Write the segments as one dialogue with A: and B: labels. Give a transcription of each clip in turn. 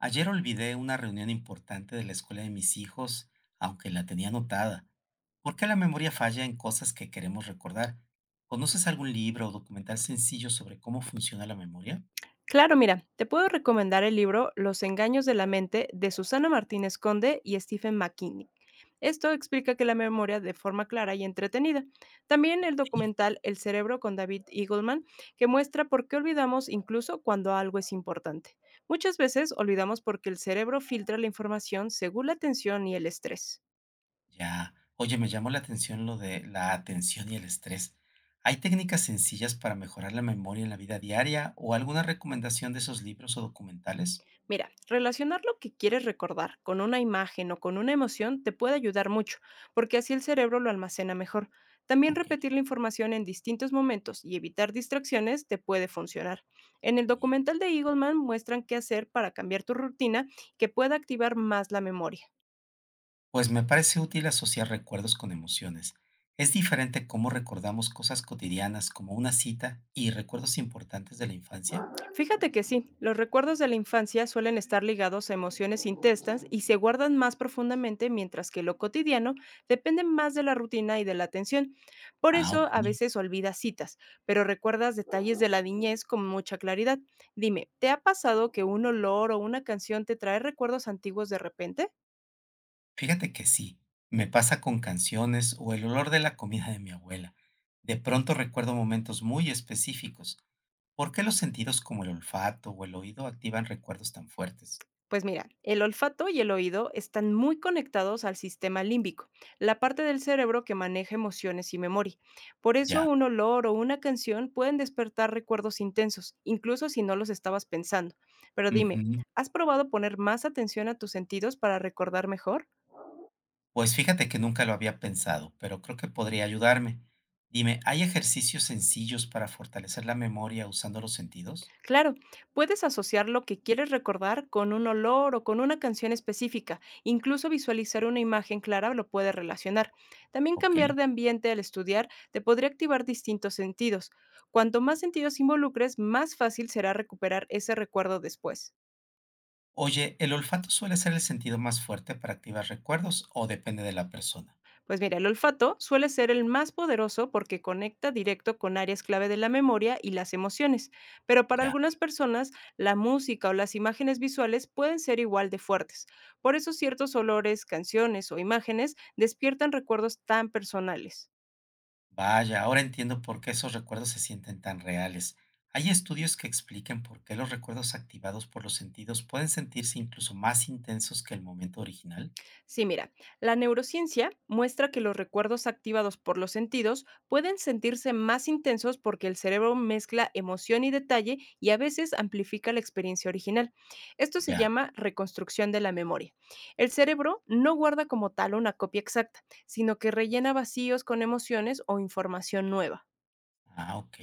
A: Ayer olvidé una reunión importante de la escuela de mis hijos, aunque la tenía anotada. ¿Por qué la memoria falla en cosas que queremos recordar? ¿Conoces algún libro o documental sencillo sobre cómo funciona la memoria?
B: Claro, mira, te puedo recomendar el libro Los engaños de la mente de Susana Martínez Conde y Stephen McKinney. Esto explica que la memoria de forma clara y entretenida. También el
A: Sí.
B: documental El cerebro con David Eagleman, que muestra por qué olvidamos incluso cuando algo es importante. Muchas veces olvidamos porque el cerebro filtra la información según la tensión y el estrés.
A: Ya. Oye, me llamó la atención lo de la atención y el estrés. ¿Hay técnicas sencillas para mejorar la memoria en la vida diaria o alguna recomendación de esos libros o documentales?
B: Mira, relacionar lo que quieres recordar con una imagen o con una emoción te puede ayudar mucho, porque así el cerebro lo almacena mejor. También
A: Ok.
B: repetir la información en distintos momentos y evitar distracciones te puede funcionar. En el
A: Bien.
B: documental de Eagleman muestran qué hacer para cambiar tu rutina que pueda activar más la memoria.
A: Pues me parece útil asociar recuerdos con emociones. Es diferente cómo recordamos cosas cotidianas como una cita y recuerdos importantes de la infancia.
B: Fíjate que sí, los recuerdos de la infancia suelen estar ligados a emociones intensas y se guardan más profundamente, mientras que lo cotidiano depende más de la rutina y de la atención. Por
A: Ah, ok.
B: eso a veces olvidas citas, pero recuerdas detalles de la niñez con mucha claridad. Dime, ¿te ha pasado que un olor o una canción te trae recuerdos antiguos de repente?
A: Fíjate que sí. Me pasa con canciones o el olor de la comida de mi abuela. De pronto recuerdo momentos muy específicos. ¿Por qué los sentidos como el olfato o el oído activan recuerdos tan fuertes?
B: Pues mira, el olfato y el oído están muy conectados al sistema límbico, la parte del cerebro que maneja emociones y memoria. Por eso
A: Ya.
B: un olor o una canción pueden despertar recuerdos intensos, incluso si no los estabas pensando. Pero dime,
A: Ujú.
B: ¿has probado poner más atención a tus sentidos para recordar mejor?
A: Pues fíjate que nunca lo había pensado, pero creo que podría ayudarme. Dime, ¿hay ejercicios sencillos para fortalecer la memoria usando los sentidos?
B: Claro, puedes asociar lo que quieres recordar con un olor o con una canción específica. Incluso visualizar una imagen clara lo puede relacionar. También
A: Ok.
B: cambiar de ambiente al estudiar te podría activar distintos sentidos. Cuanto más sentidos involucres, más fácil será recuperar ese recuerdo después.
A: Oye, ¿el olfato suele ser el sentido más fuerte para activar recuerdos o depende de la persona?
B: Pues mira, el olfato suele ser el más poderoso porque conecta directo con áreas clave de la memoria y las emociones, pero para
A: Ya.
B: algunas personas la música o las imágenes visuales pueden ser igual de fuertes. Por eso ciertos olores, canciones o imágenes despiertan recuerdos tan personales.
A: Vaya, ahora entiendo por qué esos recuerdos se sienten tan reales. ¿Hay estudios que expliquen por qué los recuerdos activados por los sentidos pueden sentirse incluso más intensos que el momento original?
B: Sí, mira, la neurociencia muestra que los recuerdos activados por los sentidos pueden sentirse más intensos porque el cerebro mezcla emoción y detalle y a veces amplifica la experiencia original. Esto se
A: Ya.
B: llama reconstrucción de la memoria. El cerebro no guarda como tal una copia exacta, sino que rellena vacíos con emociones o información nueva.
A: Ah, ok.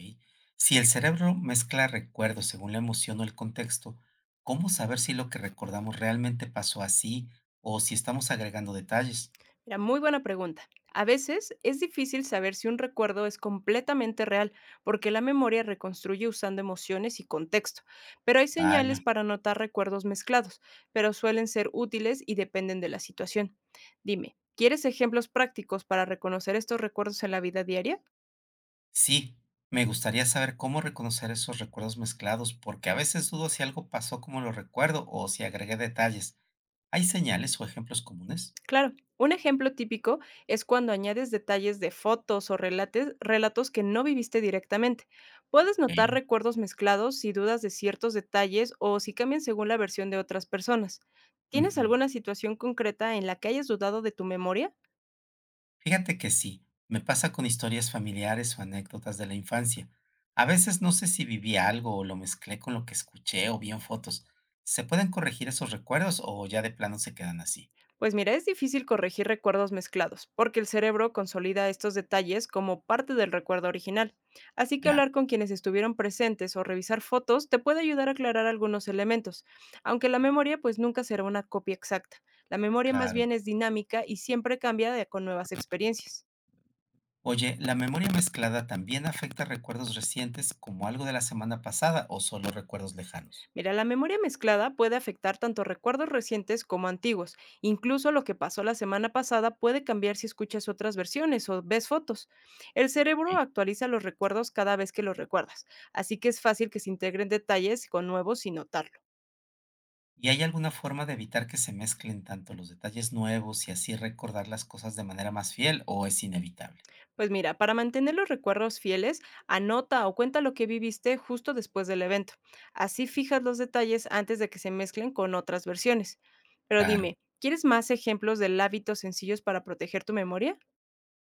A: Si el cerebro mezcla recuerdos según la emoción o el contexto, ¿cómo saber si lo que recordamos realmente pasó así o si estamos agregando detalles?
B: Mira, muy buena pregunta. A veces es difícil saber si un recuerdo es completamente real, porque la memoria reconstruye usando emociones y contexto, pero hay señales
A: Vaya.
B: para notar recuerdos mezclados, pero suelen ser útiles y dependen de la situación. Dime, ¿quieres ejemplos prácticos para reconocer estos recuerdos en la vida diaria?
A: Sí, me gustaría saber cómo reconocer esos recuerdos mezclados, porque a veces dudo si algo pasó como lo recuerdo o si agregué detalles. ¿Hay señales o ejemplos comunes?
B: Claro, un ejemplo típico es cuando añades detalles de fotos o relatos que no viviste directamente. Puedes notar
A: Ok.
B: recuerdos mezclados si dudas de ciertos detalles o si cambian según la versión de otras personas. ¿Tienes
A: Ujú.
B: alguna situación concreta en la que hayas dudado de tu memoria?
A: Fíjate que sí, me pasa con historias familiares o anécdotas de la infancia. A veces no sé si viví algo o lo mezclé con lo que escuché o vi en fotos. ¿Se pueden corregir esos recuerdos o ya de plano se quedan así?
B: Pues mira, es difícil corregir recuerdos mezclados, porque el cerebro consolida estos detalles como parte del recuerdo original. Así que
A: Ya,
B: hablar con quienes estuvieron presentes o revisar fotos te puede ayudar a aclarar algunos elementos, aunque la memoria pues nunca será una copia exacta. La memoria más
A: claro.
B: bien es dinámica y siempre con nuevas experiencias.
A: Oye, ¿la memoria mezclada también afecta recuerdos recientes como algo de la semana pasada o solo recuerdos lejanos?
B: Mira, la memoria mezclada puede afectar tanto recuerdos recientes como antiguos. Incluso lo que pasó la semana pasada puede cambiar si escuchas otras versiones o ves fotos. El cerebro
A: Ok.
B: actualiza los recuerdos cada vez que los recuerdas, así que es fácil que se integren detalles con nuevos sin notarlo.
A: ¿Y hay alguna forma de evitar que se mezclen tanto los detalles nuevos y así recordar las cosas de manera más fiel o es inevitable?
B: Pues mira, para mantener los recuerdos fieles, anota o cuenta lo que viviste justo después del evento. Así fijas los detalles antes de que se mezclen con otras versiones. Pero
A: Claro.
B: dime, ¿quieres más ejemplos de hábitos sencillos para proteger tu memoria?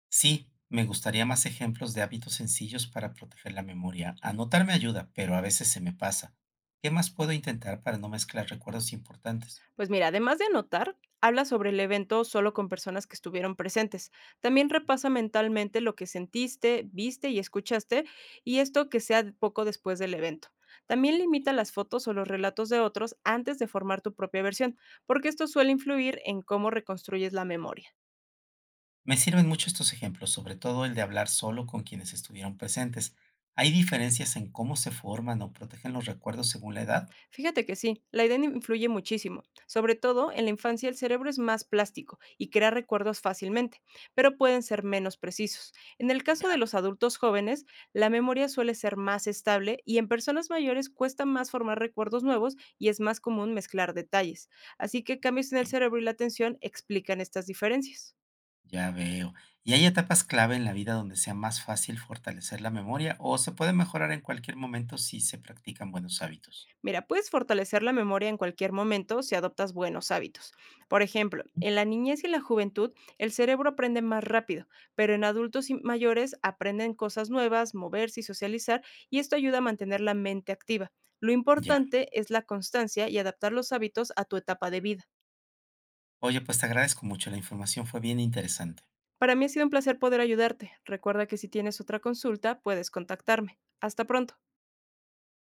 A: Sí, me gustaría más ejemplos de hábitos sencillos para proteger la memoria. Anotar me ayuda, pero a veces se me pasa. ¿Qué más puedo intentar para no mezclar recuerdos importantes?
B: Pues mira, además de anotar, habla sobre el evento solo con personas que estuvieron presentes. También repasa mentalmente lo que sentiste, viste y escuchaste, y esto que sea poco después del evento. También limita
A: Ok.
B: las fotos o los relatos de otros antes de formar tu propia versión, porque esto suele influir en cómo reconstruyes la memoria.
A: Me sirven mucho estos ejemplos, sobre todo el de hablar solo con quienes estuvieron presentes. ¿Hay diferencias en cómo se forman o protegen los recuerdos según la edad?
B: Fíjate que sí, la edad influye muchísimo. Sobre todo en la infancia el cerebro es más plástico y crea recuerdos fácilmente, pero pueden ser menos precisos. En el caso de
A: Ya,
B: los adultos jóvenes, la memoria suele ser más estable y en personas mayores cuesta más formar recuerdos nuevos y es más común mezclar detalles. Así que cambios en
A: ok,
B: el cerebro y la atención explican estas diferencias.
A: ya veo. ¿Y hay etapas clave en la vida donde sea más fácil fortalecer la memoria o se puede mejorar en cualquier momento si se practican buenos hábitos?
B: Mira, puedes fortalecer la memoria en cualquier momento si adoptas buenos hábitos. Por ejemplo, en la niñez y la juventud el cerebro aprende más rápido, pero en adultos y mayores aprenden cosas nuevas, moverse y socializar, y esto ayuda a mantener la mente activa. Lo
A: Ya.
B: importante es la constancia y adaptar los hábitos a tu etapa de vida.
A: Oye, pues te agradezco mucho, la información fue bien interesante.
B: Para mí ha sido un placer poder ayudarte. Recuerda que si tienes otra consulta, puedes contactarme. Hasta pronto.